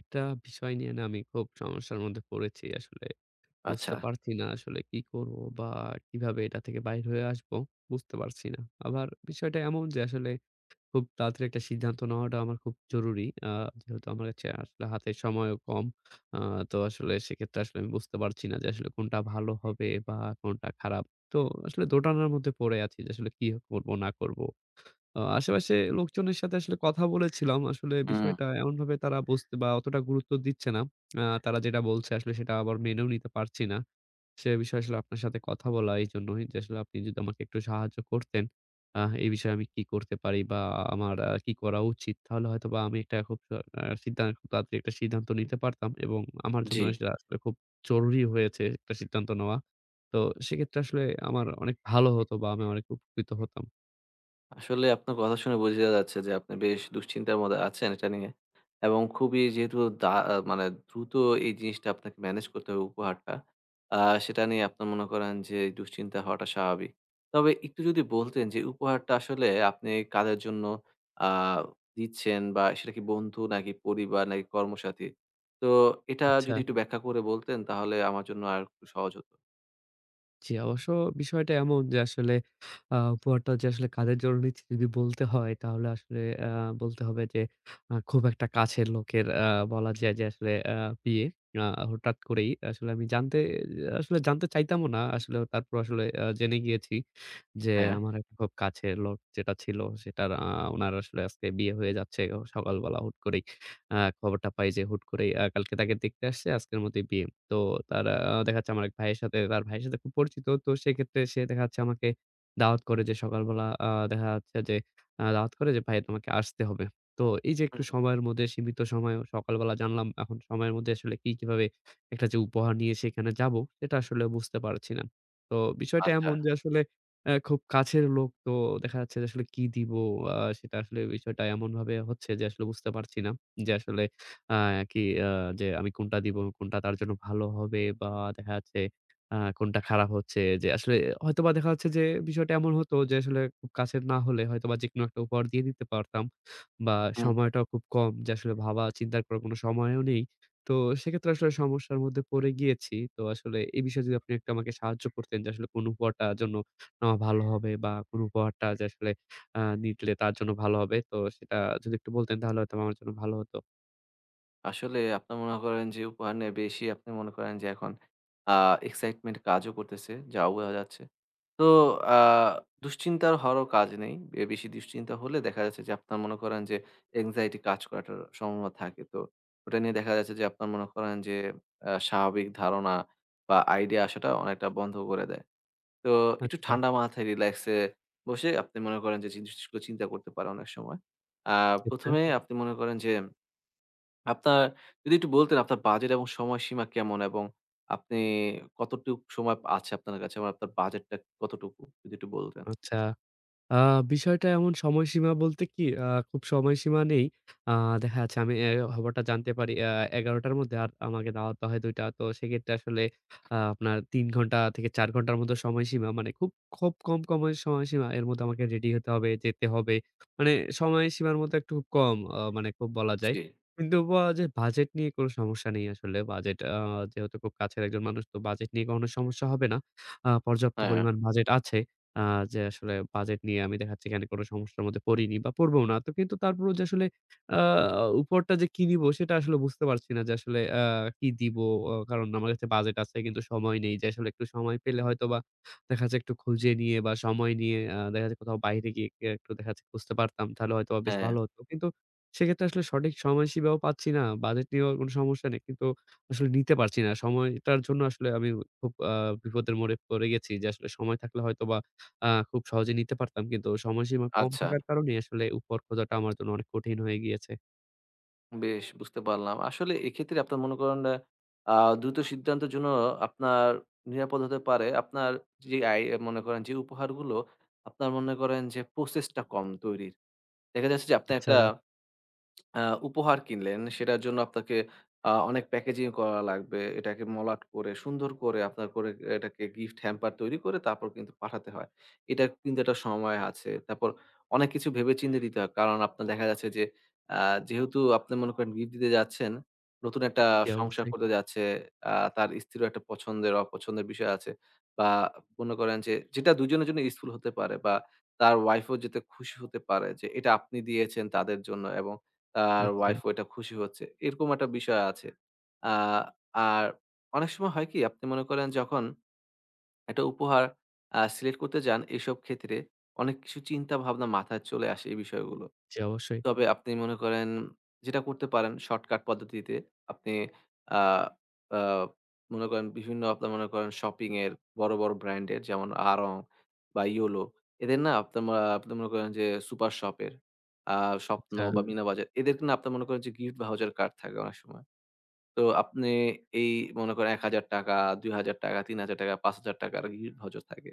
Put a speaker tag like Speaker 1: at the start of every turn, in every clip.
Speaker 1: একটা বিষয় নিয়ে না আমি খুব সমস্যার মধ্যে পড়েছি আসলে। বুঝতে
Speaker 2: আচ্ছা।
Speaker 1: পারছি না আসলে কি করব বা কিভাবে এটা থেকে বাইর হয়ে আসবো বুঝতে পারছি না। আবার বিষয়টা এমন যে আসলে খুব তাড়াতাড়ি একটা সিদ্ধান্ত নেওয়াটা আমার খুব জরুরি। যেহেতু আমার কাছে আসলে হাতে সময়ও কম। আ তো আসলে সেক্ষেত্রে আসলে আমি বুঝতে পারছি না যে আসলে কোনটা ভালো হবে বা কোনটা খারাপ। তো আসলে দোটানার মধ্যে পড়ে আছি যে আসলে কি করব না করব। আশেপাশে লোকজনের সাথে আসলে কথা বলেছিলাম। আসলে
Speaker 2: হুম।
Speaker 1: বিষয়টা এমনভাবে তারা বুঝতে বা অতটা গুরুত্ব দিচ্ছে না। তারা যেটা বলছে আসলে সেটা আবার মেনেও নিতে পারছি না। সে বিষয়ে আসলে আপনার সাথে কথা বলা এইজন্যই যে আসলে আপনি যদি আমাকে একটু সাহায্য করতেন, এই বিষয়ে আমি কি করতে পারি বা আমার কি করা উচিত? তাহলে হয়তোবা আমি একটা খুব আ সিদ্ধান খুব তাড়াতাড়ি একটা সিদ্ধান্ত নিতে পারতাম এবং আমার জন্য
Speaker 2: জি।
Speaker 1: সেটা আসলে খুব জরুরি হয়েছে একটা সিদ্ধান্ত নেওয়া। তো সেক্ষেত্রে আসলে আমার অনেক ভালো হতো বা আমি অনেক উপকৃত হতাম।
Speaker 2: আসলে আপনার কথা শুনে বোঝা যাচ্ছে যে আপনি বেশ দুশ্চিন্তার মধ্যে আছেন এটা নিয়ে। এবং খুবই যেহেতু দা আ মানে দ্রুত এই জিনিসটা আপনাকে ম্যানেজ করতে হবে উপহারটা। আ সেটা নিয়ে আপনি মনে করেন যে দুশ্চিন্তা হওয়াটা স্বাভাবিক। তবে একটু যদি বলতেন যে উপহারটা আসলে আপনি কাদের জন্য আ দিচ্ছেন বা সেটা কি বন্ধু নাকি পরিবার নাকি কর্মসাথী? তো এটা
Speaker 1: আচ্ছা।
Speaker 2: যদি একটু ব্যাখ্যা করে বলতেন তাহলে আমার জন্য আরেকটু সহজ হতো।
Speaker 1: জি, অবশ্য বিষয়টা এমন যে আসলে উপহারটা যে আসলে কাদের জন্য নিচ্ছি যদি বলতে হয় তাহলে আসলে আ বলতে হবে যে খুব একটা কাছের লোকের বলা যায় যে আসলে বিয়ে। আ হঠাৎ করেই আসলে আমি জানতে আসলে জানতে চাইতামও না। আসলে তারপর আসলে জেনে গিয়েছি। যে
Speaker 2: হ্যাঁ।
Speaker 1: আমার একটা খুব কাছের লোক যেটা ছিল সেটার উনার আসলে আজকে বিয়ে হয়ে যাচ্ছে। ও সকালবেলা হুট করেই খবরটা পাই যে হুট করেই কালকে তাকে দেখতে আসছে, আজকের মতোই বিয়ে। তো তার দেখা যাচ্ছে আমার এক ভাইয়ের সাথে তার ভাইয়ের সাথে খুব পরিচিত। তো সেক্ষেত্রে সে দেখা যাচ্ছে আমাকে দাওয়াত করে যে সকালবেলা দেখা যাচ্ছে যে দাওয়াত করে যে, "ভাই তোমাকে আসতে হবে।" তো এই যে একটু
Speaker 2: হুম,
Speaker 1: সময়ের মধ্যে সীমিত সময় সকালবেলা জানলাম এখন সময়ের মধ্যে আসলে কি কিভাবে একটা যে উপহার নিয়ে সেখানে যাবো সেটা আসলে বুঝতে পারছি না। তো বিষয়টা
Speaker 2: আচ্ছা।
Speaker 1: এমন যে আসলে খুব কাছের লোক তো দেখা যাচ্ছে যে আসলে কি দিব? সেটা আসলে বিষয়টা এমনভাবে হচ্ছে যে আসলে বুঝতে পারছি না। যে আসলে আ কি আ যে আমি কোনটা দিব? কোনটা তার জন্য ভালো হবে বা দেখা যাচ্ছে কোনটা খারাপ হচ্ছে? যে আসলে হয়তোবা দেখা যাচ্ছে যে বিষয়টা এমন হতো যে আসলে খুব কাছের না হলে হয়তোবা যেকোনো একটা উপহার দিয়ে দিতে পারতাম। বা সময়টাও খুব কম যে আসলে ভাবা চিন্তা করার কোনো সময়ও নেই। তো সেক্ষেত্রে আসলে সমস্যার মধ্যে পড়ে গিয়েছি। তো আসলে এই বিষয়ে যদি আপনি একটু আমাকে সাহায্য করতেন যে আসলে কোন উপহারটার জন্য নেওয়া ভালো হবে বা কোন উপহারটা যে আসলে নিলে তার জন্য ভালো হবে। তো সেটা যদি একটু বলতেন তাহলে হয়তো আমার জন্য ভালো হতো।
Speaker 2: আসলে আপনার মনে করেন যে উপহার নিয়ে বেশি আপনি মনে করেন যে এখন আ এক্সাইটমেন্ট কাজও করতেছে, যা বোঝা যাচ্ছে। তো আ দুশ্চিন্তার হওয়ারও কাজ নেই। বেশি দুশ্চিন্তা হলে দেখা যাচ্ছে যে আপনার মনে করেন যে anxiety কাজ করাটার সম্ভাবনা থাকে। তো ওটা নিয়ে দেখা যাচ্ছে যে আপনার মনে করেন যে স্বাভাবিক ধারণা বা আইডিয়া আসাটা অনেকটা বন্ধ করে দেয়। তো একটু
Speaker 1: আচ্ছা,
Speaker 2: ঠান্ডা মাথায় রিল্যাক্সে বসে আপনি মনে করেন যে জিনিসগুলো চিন্তা করতে পারেন অনেক সময়। আ ১ম
Speaker 1: আচ্ছা,
Speaker 2: এ আপনি মনে করেন যে আপনার যদি একটু বলতেন আপনার বাজেট এবং সময়সীমা কেমন? এবং আপনি কতটুক সময় আছে আপনার কাছে? এবং আপনার বাজেটটা কতটুকু? যদি একটু বলতেন।
Speaker 1: আচ্ছা। আ বিষয়টা এমন সময়সীমা বলতে কি খুব সময়সীমা নেই। আ দেখা যাচ্ছে আমি খবরটা জানতে পারি ১১:০০ র মধ্যে আর আমাকে দাওয়াত দেওয়া হয় ২:০০ টা। তো সেক্ষেত্রে আসলে আপনার ৩ ঘন্টা থেকে ৪ ঘন্টার মতো সময়সীমা মানে খুব, খুব কমের সময়সীমা এর মধ্যে আমাকে রেডি হতে হবে, যেতে হবে। মানে সময়সীমার মতো একটু খুব কম মানে খুব বলা যায়।
Speaker 2: জি।
Speaker 1: কিন্তু বা যে বাজেট নিয়ে কোনো সমস্যা নেই আসলে। বাজেট যেহেতু খুব কাছের একজন মানুষ তো বাজেট নিয়ে কখনো সমস্যা হবে না। পর্যাপ্ত
Speaker 2: হ্যাঁ,
Speaker 1: পরিমাণ বাজেট আছে। আ যে আসলে বাজেট নিয়ে আমি দেখা যাচ্ছে এখানে কোনো সমস্যার মধ্যে পড়িনি বা পড়বও না। তো কিন্তু তারপরেও যে আসলে আ উপহারটা যে কি নিবো সেটা আসলে বুঝতে পারছি না যে আসলে কি দিবো? কারণ আমার কাছে বাজেট আছে কিন্তু সময় নেই। যে আসলে একটু সময় পেলে হয়তোবা দেখা যাচ্ছে একটু খুঁজে নিয়ে বা সময় নিয়ে দেখা যাচ্ছে কোথাও বাইরে গিয়ে একটু দেখা যাচ্ছে খুঁজতে পারতাম। তাহলে হয়তোবা বেশ
Speaker 2: হ্যাঁ,
Speaker 1: ভালো হতো। কিন্তু সেক্ষেত্রে আসলে সঠিক সময়সীমাও পাচ্ছি না। বাজেট নিয়েও কোনো সমস্যা নেই। কিন্তু আসলে নিতে পারছি না। সময়টার জন্য আসলে আমি খুব বিপদের মোড়ে পড়ে গেছি যে আসলে সময় থাকলে হয়তোবা খুব সহজে নিতে পারতাম। কিন্তু সময়সীমা কম
Speaker 2: আচ্ছা।
Speaker 1: থাকার কারণেই আসলে উপহার খোঁজাটা আমার জন্য অনেক কঠিন হয়ে গিয়েছে।
Speaker 2: বেশ বুঝতে পারলাম। আসলে এক্ষেত্রে আপনার মনে করেন আ দ্রুত সিদ্ধান্তের জন্য আপনার নিরাপদ হতে পারে আপনার যে মনে করেন যে উপহারগুলো আপনার মনে করেন যে প্রসেসটা কম তৈরির। দেখা যাচ্ছে যে আপনি
Speaker 1: আচ্ছা,
Speaker 2: একটা আ উপহার কিনলেন, সেটার জন্য আপনাকে অনেক প্যাকেজিং করা লাগবে। এটাকে মলাট করে, সুন্দর করে আপনার করে এটাকে গিফট হ্যাম্পার তৈরি করে তারপর কিন্তু পাঠাতে হয়। এটার কিন্তু একটা সময় আছে। তারপর অনেক কিছু ভেবেচিন্তে দিতে হয়। কারণ আপনার দেখা যাচ্ছে যে আ যেহেতু আপনি মনে করেন গিফট দিতে যাচ্ছেন, নতুন একটা
Speaker 1: জি
Speaker 2: সংসার
Speaker 1: অবশ্যই।
Speaker 2: করতে যাচ্ছে, তার স্ত্রীরও একটা পছন্দের অপছন্দের বিষয় আছে। বা মনে করেন যে যেটা দুজনের জন্য ইউজফুল হতে পারে বা তার ওয়াইফও যাতে খুশি হতে পারে যে এটা আপনি দিয়েছেন তাদের জন্য এবং তার
Speaker 1: আচ্ছা,
Speaker 2: ওয়াইফ ওইটা খুশি হচ্ছে। এরকম একটা বিষয় আছে। আ আর অনেক সময় হয় কি আপনি মনে করেন যখন একটা উপহার সিলেক্ট করতে যান, এসব ক্ষেত্রে অনেক কিছু চিন্তা ভাবনা মাথায় চলে আসে এই বিষয়গুলো।
Speaker 1: জি অবশ্যই।
Speaker 2: তবে আপনি মনে করেন যেটা করতে পারেন শর্টকাট পদ্ধতিতে আপনি আ আ মনে করেন বিভিন্ন আপনার মনে করেন শপিং এর বড়, বড় ব্র্যান্ডের যেমন আড়ং বা ইয়োলো এদের না আপনার মা আপনি মনে করেন যে সুপার শপের আ স্বপ্ন
Speaker 1: আচ্ছা,
Speaker 2: বা মিনা বাজার এদেরকে না আপনার মনে করেন যে গিফট ভাউচার কার্ড থাকে অনেক সময়। তো আপনি এই মনে করেন ৳১,০০০, ৳২,০০০, ৳৩,০০০, ৳৫,০০০ গিফট ভাউচার থাকে।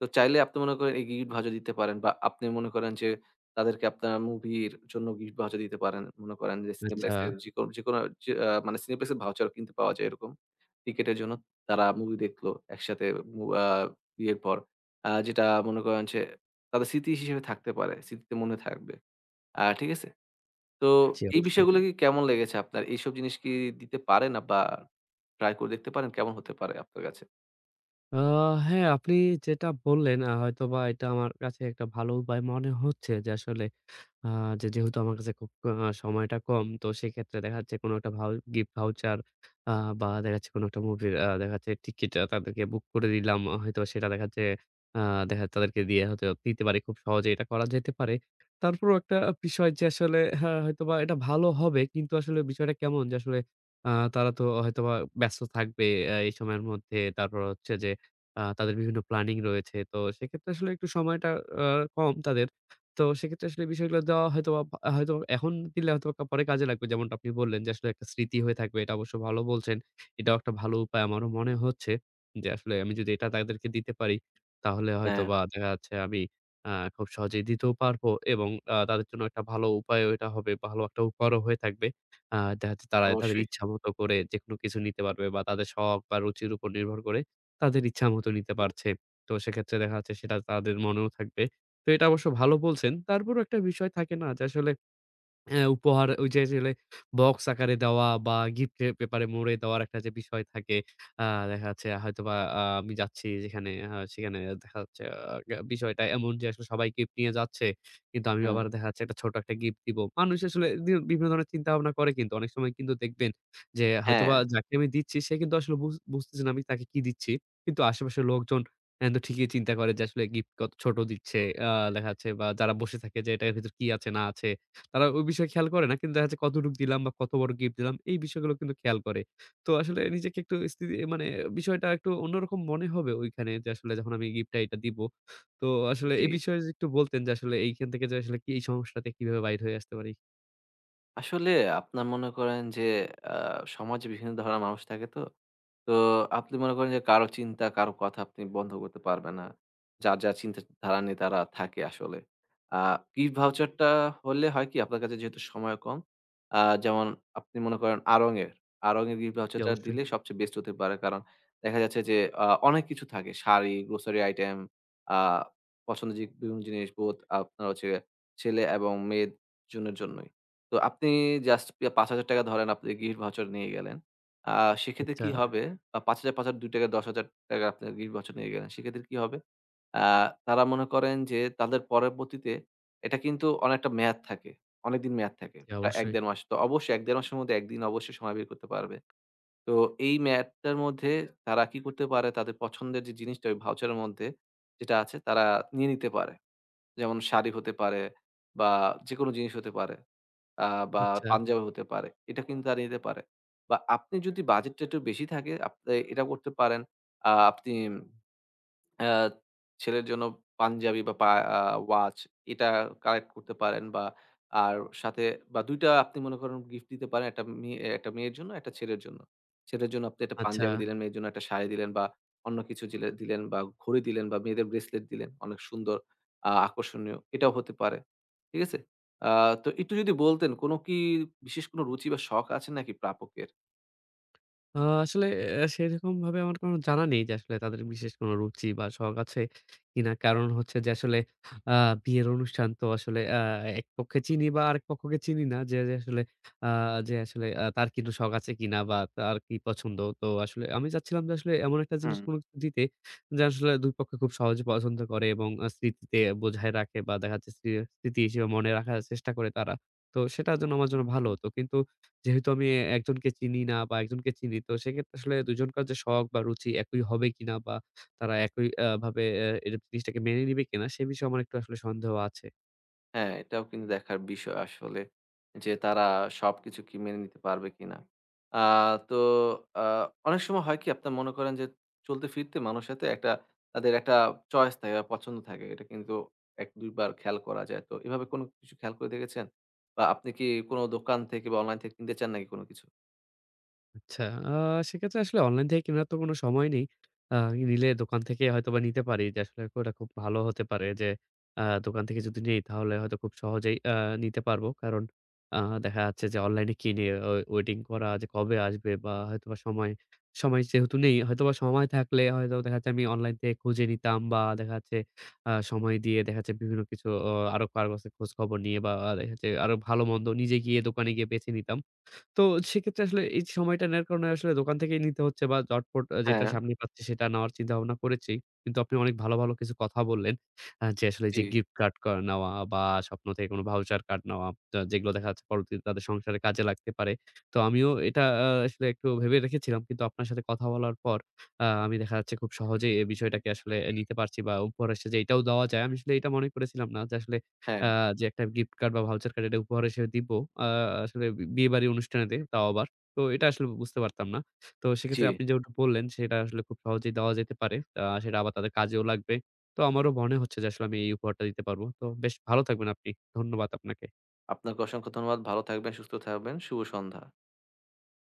Speaker 2: তো চাইলে আপনি মনে করেন এই গিফট ভাউচার দিতে পারেন বা আপনি মনে করেন যে তাদেরকে আপনার মুভির জন্য গিফট ভাউচার দিতে পারেন। মনে করেন যে
Speaker 1: আচ্ছা,
Speaker 2: সিনেপ্লেক্স এর যেকোনো যেকোনো যে আ মানে সিনেপ্লেক্স এর ভাউচার কিনতে পাওয়া যায় এরকম। টিকেটের জন্য তারা মুভি দেখলো একসাথে মু আ বিয়ের পর। যেটা মনে করেন যে তাদের স্মৃতি হিসেবে থাকতে পারে। স্মৃতিতে মনে থাকবে। ঠিক আছে? তো
Speaker 1: জি
Speaker 2: এই
Speaker 1: অবশ্যই।
Speaker 2: বিষয়গুলো কি কেমন লেগেছে আপনার? এইসব জিনিস কি দিতে পারেন বা ট্রাই করে দেখতে পারেন কেমন হতে পারে আপনার কাছে?
Speaker 1: আ হ্যাঁ, আপনি যেটা বললেন হয়তোবা এটা আমার কাছে একটা ভালো উপায় মনে হচ্ছে যে আসলে আ যে যেহেতু আমার কাছে খুব সময়টা কম, তো সেক্ষেত্রে দেখা যাচ্ছে কোনো একটা গিফট ভাউচার আ বা দেখা যাচ্ছে কোনো একটা মুভির দেখা যাচ্ছে টিকিট তাদেরকে বুক করে দিলাম। হয়তো সেটা আ দেখা যাচ্ছে তাদেরকে দিয়ে হয়তো দিতে পারি। খুব সহজেই এটা করা যেতে পারে। তারপরেও একটা বিষয় যে আসলে হ্যাঁ, হয়তোবা এটা ভালো হবে। কিন্তু আসলে বিষয়টা কেমন যে আসলে আ তারা তো হয়তোবা ব্যস্ত থাকবে এই সময়ের মধ্যে। তারপর হচ্ছে যে তাদের বিভিন্ন প্ল্যানিং রয়েছে। তো সেক্ষেত্রে আসলে একটু সময়টা আ কম তাদের। তো সেক্ষেত্রে আসলে বিষয়গুলো দেওয়া হয়তোবা হয়তো এখন দিলে হয়তোবা পরে কাজে লাগবে। যেমনটা আপনি বললেন যে, আসলে একটা স্মৃতি হয়ে থাকবে। এটা অবশ্য ভালো বলছেন। এটাও একটা ভালো উপায় আমারও মনে হচ্ছে যে, আসলে আমি যদি এটা তাদেরকে দিতে পারি, তাহলে
Speaker 2: হ্যাঁ,
Speaker 1: হয়তোবা দেখা যাচ্ছে আমি খুব সহজেই দিতেও পারবো এবং তাদের জন্য একটা ভালো উপায়ও এটা হবে। ভালো একটা উপহারও হয়ে থাকবে। দেখা যাচ্ছে তারা তাদের
Speaker 2: অবশ্যই।
Speaker 1: ইচ্ছামতো করে যেকোনো কিছু নিতে পারবে বা তাদের শখ বা রুচির উপর নির্ভর করে তাদের ইচ্ছামতো নিতে পারছে। তো সেক্ষেত্রে দেখা যাচ্ছে সেটা তাদের মনেও থাকবে। তো এটা অবশ্য ভালো বলছেন। তারপরও একটা বিষয় থাকে না যে আসলে হ্যাঁ, উপহার ওই যে আসলে বক্স আকারে দেওয়া বা গিফটের পেপারে মুড়ে দেওয়ার একটা যে বিষয় থাকে, আ দেখা যাচ্ছে হয়তোবা আমি যাচ্ছি যেখানে সেখানে দেখা যাচ্ছে আ গা বিষয়টা এমন যে আসলে সবাই গিফট নিয়ে যাচ্ছে। কিন্তু আমি
Speaker 2: হুম।
Speaker 1: আবার দেখা যাচ্ছে একটা ছোট একটা গিফট দিব। মানুষ আসলে বিভিন্ন ধরনের চিন্তাভাবনা করে কিন্তু। অনেক সময় কিন্তু দেখবেন যে
Speaker 2: হ্যাঁ,
Speaker 1: হয়তোবা যাকে আমি দিচ্ছি সে কিন্তু আসলে বুঝতেছে না আমি তাকে কি দিচ্ছি। কিন্তু আশেপাশের লোকজন কিন্তু ঠিকই চিন্তা করে যে আসলে গিফট কত ছোট দিচ্ছে। আ দেখা যাচ্ছে বা যারা বসে থাকে যে এটার ভেতর কি আছে না আছে। তারা ওই বিষয়ে খেয়াল করে না। কিন্তু দেখা যাচ্ছে কতটুক দিলাম বা কত বড় গিফট দিলাম, এই বিষয়গুলো কিন্তু খেয়াল করে। তো আসলে নিজেকে একটু স্থিতি মানে বিষয়টা একটু অন্যরকম মনে হবে ওইখানে যে আসলে যখন আমি গিফটটা এটা দিব। তো আসলে
Speaker 2: জি।
Speaker 1: এই বিষয়ে যদি একটু বলতেন যে আসলে এইখান থেকে যে আসলে কি এই সমস্যাটা থেকে কিভাবে বাইর হয়ে আসতে পারি?
Speaker 2: আসলে আপনার মনে করেন যে আ সমাজে বিভিন্ন ধরনের মানুষ থাকে তো। তো আপনি মনে করেন যে কারো চিন্তা, কারো কথা আপনি বন্ধ করতে পারবেন না। যার, যার চিন্তাধারা নিয়ে তারা থাকে আসলে। আ গিফট ভাউচারটা হলে হয় কি আপনার কাছে যেহেতু সময় কম, যেমন আপনি মনে করেন আড়ং এর গিফট
Speaker 1: জি,
Speaker 2: ভাউচারটা
Speaker 1: অবশ্যই।
Speaker 2: দিলে সবচেয়ে বেস্ট হতে পারে। কারণ দেখা যাচ্ছে যে অনেক কিছু থাকে। শাড়ি, গ্রোসারি আইটেম, আ পছন্দের যে বিভিন্ন জিনিস বোথ আপনার হচ্ছে ছেলে এবং মেয়ের জনের জন্যই। তো আপনি জাস্ট পে ৳৫,০০০ ধরেন আপনি গিফট ভাউচার নিয়ে গেলেন। আ সেক্ষেত্রে
Speaker 1: আচ্ছা।
Speaker 2: কি হবে? ৳৫,০০০, ৳২,০০০, ৳১০,০০০ আপনার নির্বাচনে নিয়ে গেলেন। সেক্ষেত্রে কি হবে? আ তারা মনে করেন যে তাদের পরবর্তীতে এটা কিন্তু অনেকটা মেয়াদ থাকে। অনেকদিন মেয়াদ থাকে।
Speaker 1: জি,
Speaker 2: প্রায়
Speaker 1: অবশ্যই।
Speaker 2: ১-১.৫ মাস। তো অবশ্যই ১-১.৫ মাসের মধ্যে ১ দিন অবশ্যই সময় বের করতে পারবে। তো এই মেয়াদটার মধ্যে তারা কি করতে পারে? তাদের পছন্দের যে জিনিসটা ওই ভাউচারের মধ্যে যেটা আছে তারা নিয়ে নিতে পারে। যেমন শাড়ি হতে পারে বা যেকোনো জিনিস হতে পারে। আ বা
Speaker 1: আচ্ছা,
Speaker 2: পাঞ্জাবি হতে পারে। এটা কিন্তু তারা নিতে পারে। বা আপনি যদি বাজেটটা একটু বেশি থাকে আপনি এটা করতে পারেন। আপনি অ্যা ছেলের জন্য পাঞ্জাবি বা পা আ ওয়াচ এটা কালেক্ট করতে পারেন বা আর সাথে বা ২ টা আপনি মনে করেন গিফট দিতে পারেন। একটা মেয়ের জন্য, একটা ছেলের জন্য। ছেলের জন্য আপনি একটা
Speaker 1: আচ্ছা।
Speaker 2: পাঞ্জাবি দিলেন, মেয়ের জন্য একটা শাড়ি দিলেন বা অন্য কিছু জিলে দিলেন বা ঘড়ি দিলেন বা মেয়েদের ব্রেসলেট দিলেন। অনেক সুন্দর আকর্ষণীয়। এটাও হতে পারে। ঠিক আছে? আ তো একটু যদি বলতেন কি বিশেষ কোন রুচি বা শখ আছে নাকি প্রাপকের?
Speaker 1: আসলে সেরকমভাবে আমার কোনো জানা নেই যে আসলে তাদের বিশেষ কোনো রুচি বা শখ আছে কিনা। কারণ হচ্ছে যে আসলে আ বিয়ের অনুষ্ঠান তো আসলে এক পক্ষে চিনি বা আরেক পক্ষকে চিনি না। যে আসলে আ যে আসলে তার কিন্তু শখ আছে কিনা বা তার কি পছন্দ। তো আসলে আমি চাচ্ছিলাম যে আসলে এমন একটা জিনিস
Speaker 2: হুম।
Speaker 1: কোনো কিছু দিতে যা আসলে ২ পক্ষ খুব সহজে পছন্দ করে এবং স্মৃতিতে বোঝায় রাখে বা দেখা যাচ্ছে স্মৃতি হিসেবে মনে রাখার চেষ্টা করে তারা। তো সেটা যেন আমার জন্য ভালো হতো। কিন্তু যেহেতু আমি একজনকে চিনি না বা একজনকে চিনি তো সেক্ষেত্রে আসলে ২ জনকার যে শখ বা রুচি একই হবে কিনা বা তারা একই ভাবে জিনিসটাকে মেনে নিবে কিনা সে বিষয়ে আমার একটু আসলে সন্দেহ আছে।
Speaker 2: হ্যাঁ, এটাও কিন্তু দেখার বিষয় আসলে যে, তারা সবকিছু কি মেনে নিতে পারবে কিনা? আ তো আ অনেক সময় হয় কি আপনার মনে করেন যে, চলতে-ফিরতে মানুষের সাথে একটা তাদের একটা চয়েস থাকে বা পছন্দ থাকে। এটা কিন্তু ১-২ বার খেয়াল করা যায়। তো এভাবে কোনো কিছু খেয়াল করে দেখেছেন? বা আপনি কি কোনো দোকান থেকে বা অনলাইন থেকে কিনতে চান নাকি কোনো কিছু?
Speaker 1: আচ্ছা, আ সেক্ষেত্রে আসলে অনলাইন থেকে কেনার তো কোনো সময় নেই। আ নিলে দোকান থেকে হয়তোবা নিতে পারি যে আসলে ওটা খুব ভালো হতে পারে যে দোকান থেকে যদি নেই তাহলে হয়তো খুব সহজেই নিতে পারবো। কারণ আ দেখা যাচ্ছে যে অনলাইনে কিনে ওয়েটিং করা যে কবে আসবে বা হয়তোবা সময় যেহেতু নেই হয়তোবা সময় থাকলে হয়তো দেখা যাচ্ছে আমি অনলাইন থেকে খুঁজে নিতাম বা দেখা যাচ্ছে সময় দিয়ে দেখা যাচ্ছে বিভিন্ন কিছু আরো কারো কাছে খোঁজখবর নিয়ে বা দেখা যাচ্ছে আরো ভালো-মন্দ নিজে গিয়ে দোকানে গিয়ে বেছে নিতাম। তো সেক্ষেত্রে আসলে এই সময়টা নেয়ার কারণে আসলে দোকান থেকেই নিতে হচ্ছে বা ঝটপট যেটা
Speaker 2: হ্যাঁ,
Speaker 1: সামনে পাচ্ছি সেটা নেওয়ার চিন্তাভাবনা করেছি। কিন্তু আপনি অনেক ভালো, ভালো কিছু কথা বললেন। যে আসলে
Speaker 2: জি,
Speaker 1: যে গিফট কার্ড নেওয়া বা স্বপ্ন থেকে কোনো ভাউচার কার্ড নেওয়া যেগুলো দেখা যাচ্ছে পরবর্তীতে তাদের সংসারে কাজে লাগতে পারে। তো আমিও এটা আসলে একটু ভেবে রেখেছিলাম। কিন্তু আপনার সাথে কথা বলার পর আমি দেখা যাচ্ছে খুব সহজেই এই বিষয়টাকে আসলে নিতে পারছি বা উপহার হিসেবে যে এটাও দেওয়া যায়। আমি আসলে এটা মনে করেছিলাম না যে আসলে
Speaker 2: হ্যাঁ,
Speaker 1: আ যে একটা গিফট কার্ড বা ভাউচার কার্ড এটা উপহার হিসেবে দিব। আ আসলে বিয়েবাড়ির অনুষ্ঠানেতে তাও আবার। তো এটা আসলে বুঝতে পারতাম না। তো
Speaker 2: জি।
Speaker 1: সেক্ষেত্রে আপনি যেমনটা বললেন সেটা আসলে খুব সহজেই দেওয়া যেতে পারে। সেটা আবার তাদের কাজেও লাগবে। তো আমারও মনে হচ্ছে যে আসলে আমি এই উপহারটা দিতে পারবো। তো বেশ ভালো থাকবেন আপনি। ধন্যবাদ আপনাকে।
Speaker 2: আপনাকে অসংখ্য ধন্যবাদ। ভালো থাকবেন, সুস্থ থাকবেন। শুভ সন্ধ্যা।